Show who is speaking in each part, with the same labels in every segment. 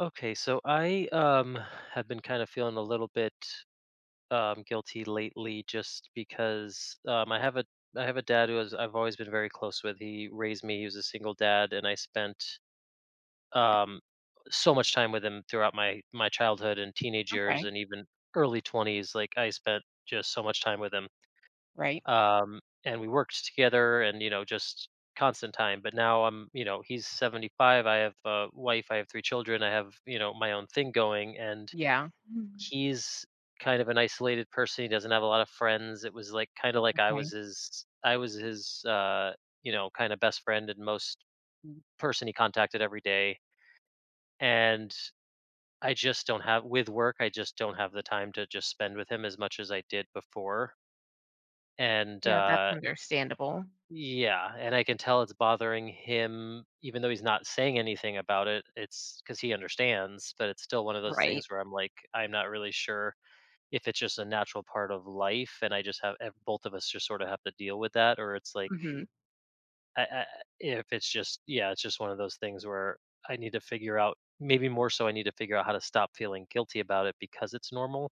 Speaker 1: Okay, so I have been kind of feeling a little bit guilty lately just because I have a dad who is, I've always been very close with. He raised me. He was a single dad, and I spent um so much time with him throughout my childhood and teenage years,
Speaker 2: Okay.
Speaker 1: and even early 20s. Like, I spent just so much time with him.
Speaker 2: Right.
Speaker 1: And we worked together, and, you know, just constant time. But now I'm, you know, he's 75. I have a wife, I have three children, I have, you know, my own thing going. And
Speaker 2: Yeah. Mhm.
Speaker 1: he's kind of an isolated person. He doesn't have a lot of friends. It was like kind of like
Speaker 2: Okay.
Speaker 1: I was his, you know, kind of best friend and most person he contacted every day. And I just don't have with work. I just don't have the time to just spend with him as much as I did before. And
Speaker 2: Yeah, that's understandable.
Speaker 1: Yeah, and I can tell it's bothering him even though he's not saying anything about it. It's because he understands, but it's still one of those
Speaker 2: Right.
Speaker 1: things where I'm like, I'm not really sure if it's just a natural part of life and I just have ev both of us just sort of have to deal with that, or it's like
Speaker 2: Mhm.
Speaker 1: I if it's just yeah, it's just one of those things where I need to figure out how to stop feeling guilty about it because it's normal.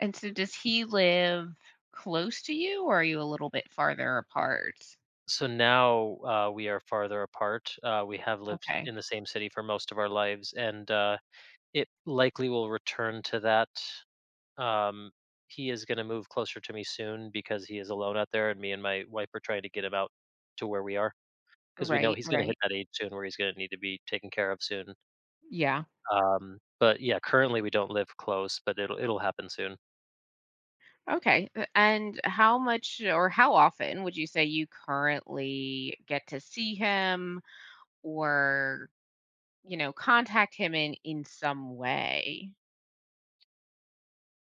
Speaker 2: And so does he live close to you, or are you a little bit farther apart?
Speaker 1: So now, we are farther apart. We have lived
Speaker 2: Okay.
Speaker 1: in the same city for most of our lives, and it likely will return to that. Um, he is going to move closer to me soon because he is alone out there, and me and my wife are trying to get him out to where we are, because we know
Speaker 2: Right,
Speaker 1: he's going to hit
Speaker 2: right.
Speaker 1: that age soon where he's going to need to be taken care of soon.
Speaker 2: Yeah.
Speaker 1: But yeah, currently we don't live close, but it'll happen soon.
Speaker 2: Okay. And how much or how often would you say you currently get to see him, or, you know, contact him in some way?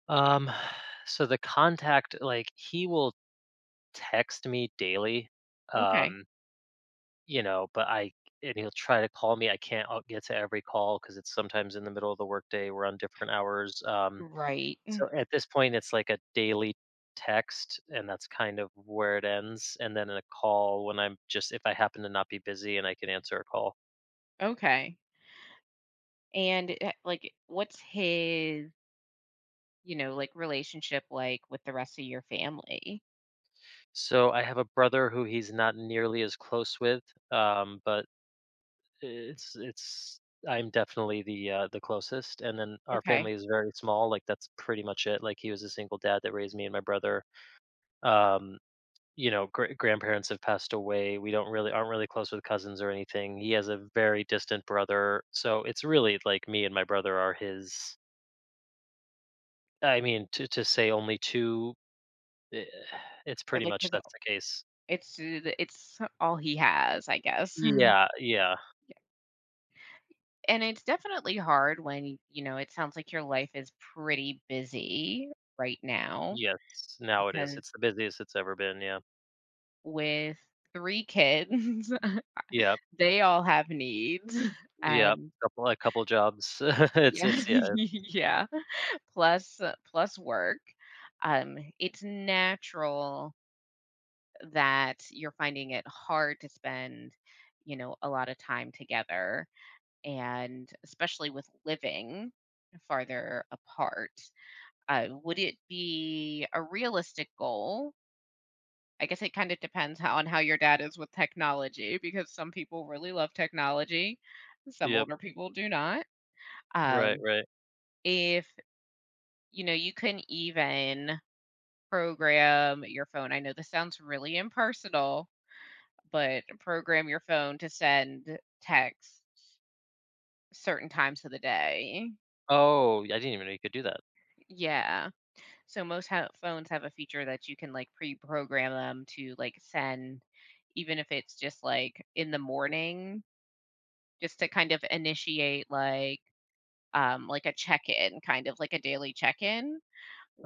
Speaker 1: Um, so the contact, like, he will text me daily,
Speaker 2: Okay.
Speaker 1: um, you know, but I and he'll try to call me. I can't get to every call because it's sometimes in the middle of the workday. We're on different hours.
Speaker 2: Right.
Speaker 1: So at this point, it's like a daily text, and that's kind of where it ends. And then a call when I'm just, if I happen to not be busy and I can answer a call.
Speaker 2: Okay. And like what's his, you know, like, relationship like with the rest of your family?
Speaker 1: So I have a brother who he's not nearly as close with, but it's, it's, I'm definitely the closest, and then our
Speaker 2: Okay.
Speaker 1: family is very small. Like, that's pretty much it. Like, he was a single dad that raised me and my brother. Um, you know, grandparents have passed away. We don't really aren't really close with cousins or anything. He has a very distant brother, so it's really like me and my brother are his. I mean, to say only two, eh, it's
Speaker 2: But,
Speaker 1: pretty
Speaker 2: like,
Speaker 1: much
Speaker 2: 'cause
Speaker 1: that's the case.
Speaker 2: it's all he has, I guess.
Speaker 1: Yeah, yeah,
Speaker 2: Yeah, and it's definitely hard when, you know, it sounds like your life is pretty busy right now,
Speaker 1: yes. Now it is.
Speaker 2: because
Speaker 1: It's the busiest it's ever been. Yeah,
Speaker 2: with 3 kids,
Speaker 1: yeah,
Speaker 2: they all have needs.
Speaker 1: yeah.
Speaker 2: And
Speaker 1: Couple a couple jobs. it's
Speaker 2: yeah,
Speaker 1: it's yeah,
Speaker 2: yeah, plus plus work. It's natural that you're finding it hard to spend, you know, a lot of time together, and especially with living farther apart. Would it be a realistic goal? I guess it kind of depends how on how your dad is with technology, because some people really love technology, some
Speaker 1: yep.
Speaker 2: older people do not.
Speaker 1: Right,
Speaker 2: Um,
Speaker 1: right.
Speaker 2: if, you know, you can even program your phone. I know this sounds really impersonal, but program your phone to send texts certain times of the day.
Speaker 1: Oh, I didn't even know you could do that.
Speaker 2: Yeah. So most phones have a feature that you can like pre-program them to like send, even if it's just like in the morning, just to kind of initiate like a check-in, kind of like a daily check-in,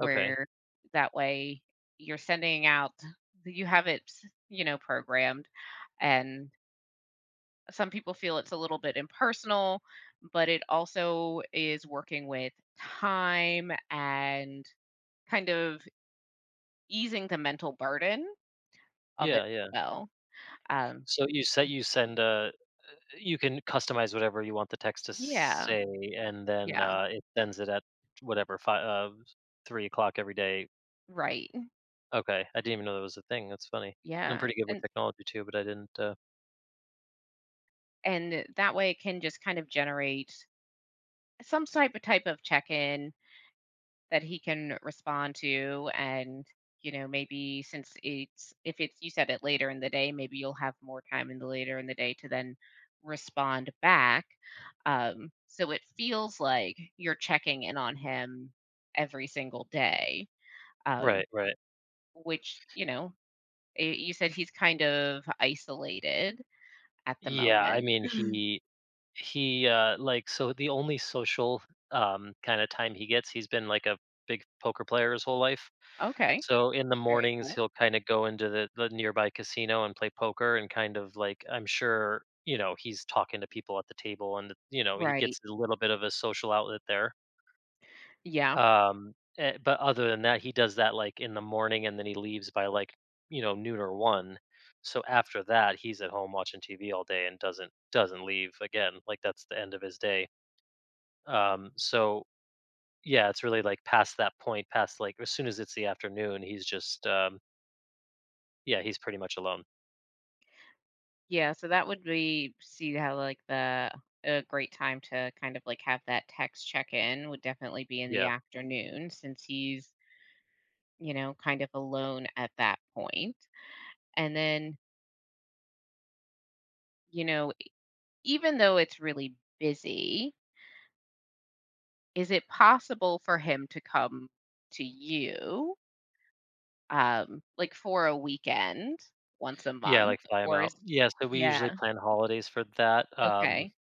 Speaker 1: Okay.
Speaker 2: that way you're sending out, you have it, you know, programmed, and some people feel it's a little bit impersonal, but it also is working with time and kind of easing the mental burden of it
Speaker 1: Yeah, yeah.
Speaker 2: as well. Um,
Speaker 1: So you said you send a, you can customize whatever you want the text to
Speaker 2: yeah,
Speaker 1: say, and then
Speaker 2: yeah,
Speaker 1: it sends it at whatever five, uh, 3 o'clock every day.
Speaker 2: right.
Speaker 1: Okay, I didn't even know that was a thing. That's funny. I'm
Speaker 2: Yeah.
Speaker 1: pretty good with
Speaker 2: And
Speaker 1: technology too, but I didn't.
Speaker 2: and that way it can just kind of generate some type of check-in that he can respond to, and you know, maybe since it's if it's you said it later in the day, maybe you'll have more time in the later in the day to then respond back, um, so it feels like you're checking in on him every single day, um,
Speaker 1: Right, right.
Speaker 2: which, you know, you said he's kind of isolated at the
Speaker 1: Yeah, I
Speaker 2: moment.
Speaker 1: mean, He, like, so the only social, kinda time he gets, he's been like a big poker player his whole life.
Speaker 2: Okay.
Speaker 1: So in the
Speaker 2: Very
Speaker 1: mornings,
Speaker 2: cool.
Speaker 1: he'll kinda go into the nearby casino and play poker, and kind of, like, I'm sure, you know, he's talking to people at the table, and, you know, he gets
Speaker 2: Right.
Speaker 1: a little bit of a social outlet there.
Speaker 2: Yeah.
Speaker 1: But other than that, he does that, like, in the morning, and then he leaves by, like, you know, noon or 1. So after that, he's at home watching TV all day and doesn't leave again, like, that's the end of his day. Um, so, yeah, it's really, like, past that point, past, like, as soon as it's the afternoon, he's just, yeah, he's pretty much alone.
Speaker 2: Yeah, so that would be, see how like the a great time to kind of like have that text check-in would definitely be in the
Speaker 1: Yeah.
Speaker 2: afternoon, since he's, you know, kind of alone at that point. And then, you know, even though it's really busy, is it possible for him to come to you, um, like for a weekend once a
Speaker 1: Yeah,
Speaker 2: month,
Speaker 1: like, fly him
Speaker 2: or
Speaker 1: out.
Speaker 2: is,
Speaker 1: Yeah, so we usually
Speaker 2: yeah,
Speaker 1: plan holidays for that.
Speaker 2: okay.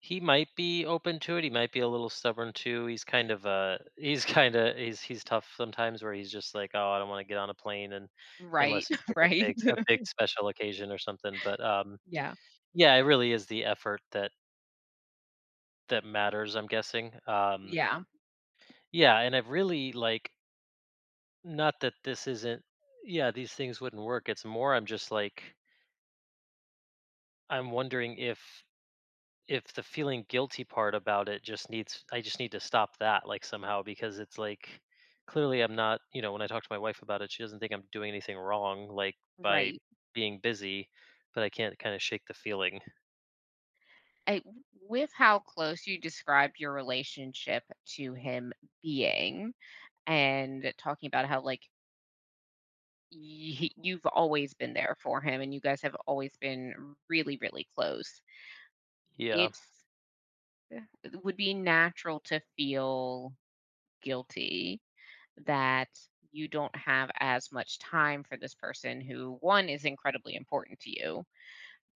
Speaker 1: He might be open to it. He might be a little stubborn too. He's kind of a he's tough sometimes where he's just like, "Oh, I don't wanna get on a plane," and
Speaker 2: Right,
Speaker 1: unless it's like
Speaker 2: right.
Speaker 1: a big special occasion or something, but,
Speaker 2: Yeah.
Speaker 1: yeah, it really is the effort that matters, I'm guessing.
Speaker 2: Yeah,
Speaker 1: Yeah, and I've really, like, not that this isn't yeah, these things wouldn't work. It's more I'm just like, I'm wondering if the feeling guilty part about it just needs, I just need to stop that, like, somehow, because it's like, clearly I'm not, you know, when I talk to my wife about it, she doesn't think I'm doing anything wrong, like, by
Speaker 2: right.
Speaker 1: being busy, but I can't kind of shake the feeling.
Speaker 2: I, with how close you described your relationship to him being, and talking about how like you've always been there for him and you guys have always been really really close,
Speaker 1: Yeah.
Speaker 2: it's, it would be natural to feel guilty that you don't have as much time for this person who, one, is incredibly important to you,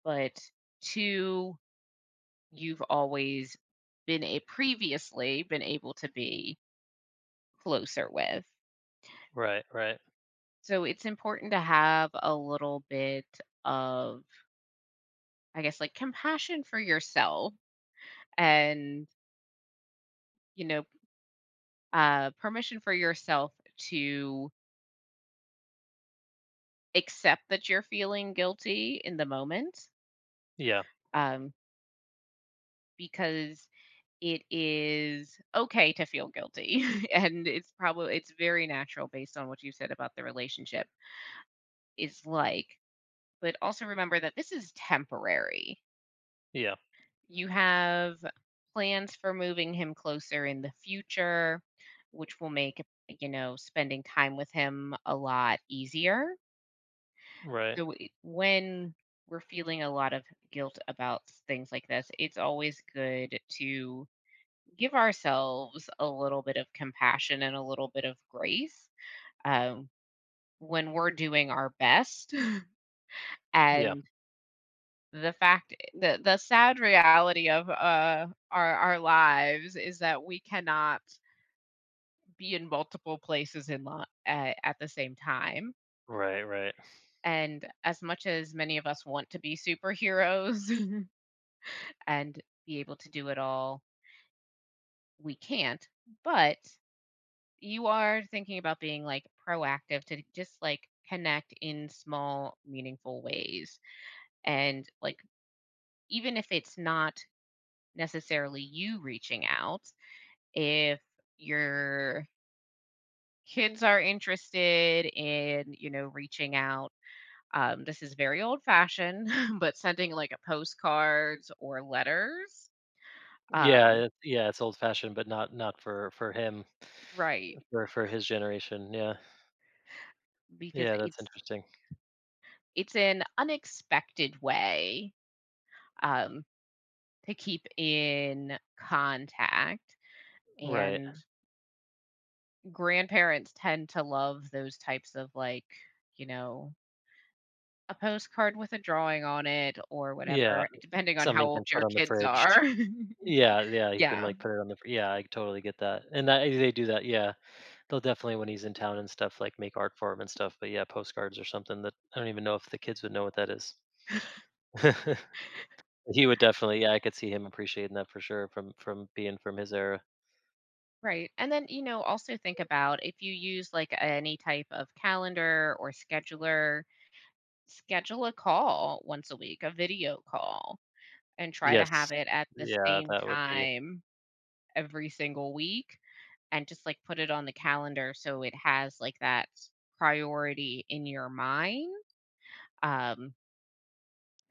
Speaker 2: but two, you've always been, a previously been able to be closer with.
Speaker 1: Right, right.
Speaker 2: So it's important to have a little bit of, I guess, like compassion for yourself and, you know, permission for yourself to accept that you're feeling guilty in the moment,
Speaker 1: Yeah.
Speaker 2: um, because it is okay to feel guilty, and it's very natural based on what you said about the relationship is like. But also remember that this is temporary.
Speaker 1: Yeah.
Speaker 2: You have plans for moving him closer in the future, which will make, you know, spending time with him a lot easier.
Speaker 1: Right.
Speaker 2: So when we're feeling a lot of guilt about things like this, it's always good to give ourselves a little bit of compassion and a little bit of grace, um, when we're doing our best,
Speaker 1: Yeah.
Speaker 2: and the fact, the sad reality of our lives is that we cannot be in multiple places in at the same time.
Speaker 1: Right, right.
Speaker 2: And as much as many of us want to be superheroes and be able to do it all, we can't. But you are thinking about being like proactive to just like connect in small meaningful ways, and like, even if it's not necessarily you reaching out, if your kids are interested in, you know, reaching out, this is very old fashioned, but sending like a postcards or letters, um,
Speaker 1: Yeah, it's old fashioned but not for him,
Speaker 2: right,
Speaker 1: for his generation. Yeah.
Speaker 2: because
Speaker 1: Yeah, that's
Speaker 2: it's
Speaker 1: interesting.
Speaker 2: it's an unexpected way, um, to keep in contact.
Speaker 1: Right.
Speaker 2: And grandparents tend to love those types of, like, you know, a postcard with a drawing on it or
Speaker 1: Yeah,
Speaker 2: whatever, depending on
Speaker 1: something
Speaker 2: how
Speaker 1: you can
Speaker 2: old
Speaker 1: put
Speaker 2: your
Speaker 1: on the
Speaker 2: kids
Speaker 1: fridge.
Speaker 2: are.
Speaker 1: Yeah, yeah, he can,
Speaker 2: Yeah,
Speaker 1: like, put it on the fr yeah, I totally get that, and that they do that, yeah. They'll definitely, when he's in town and stuff, like, make art for him and stuff, but yeah, postcards or something, that I don't even know if the kids would know what that is. He would definitely, yeah, I could see him appreciating that for sure from being from his era.
Speaker 2: right, and then, you know, also think about if you use, like, any type of calendar or scheduler, schedule a call once a week, a video call, and try to
Speaker 1: Yes.
Speaker 2: have it at the
Speaker 1: Yeah,
Speaker 2: same
Speaker 1: that would be
Speaker 2: time every single week, and just, like, put it on the calendar so it has, like, that priority in your mind. Um,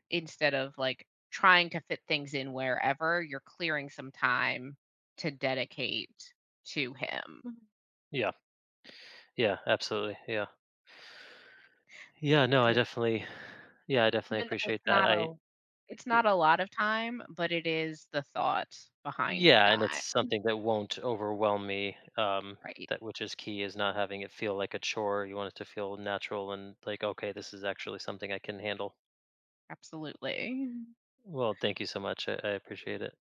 Speaker 2: instead of, like, trying to fit things in wherever, you're clearing some time to dedicate to him. Mhm.
Speaker 1: yeah, yeah, absolutely, yeah. Yeah, no,
Speaker 2: 'Cause
Speaker 1: I
Speaker 2: it,
Speaker 1: definitely, yeah, I definitely
Speaker 2: even though
Speaker 1: appreciate
Speaker 2: it's
Speaker 1: that.
Speaker 2: not a, it's
Speaker 1: Eh,
Speaker 2: not a lot of time, but it is the thought behind
Speaker 1: Yeah,
Speaker 2: the
Speaker 1: and it's
Speaker 2: time,
Speaker 1: something that won't overwhelm me.
Speaker 2: right?
Speaker 1: That, which is key, is not having it feel like a chore. You want it to feel natural and like, okay, this is actually something I can handle.
Speaker 2: Absolutely.
Speaker 1: Well, thank you so much. I appreciate it.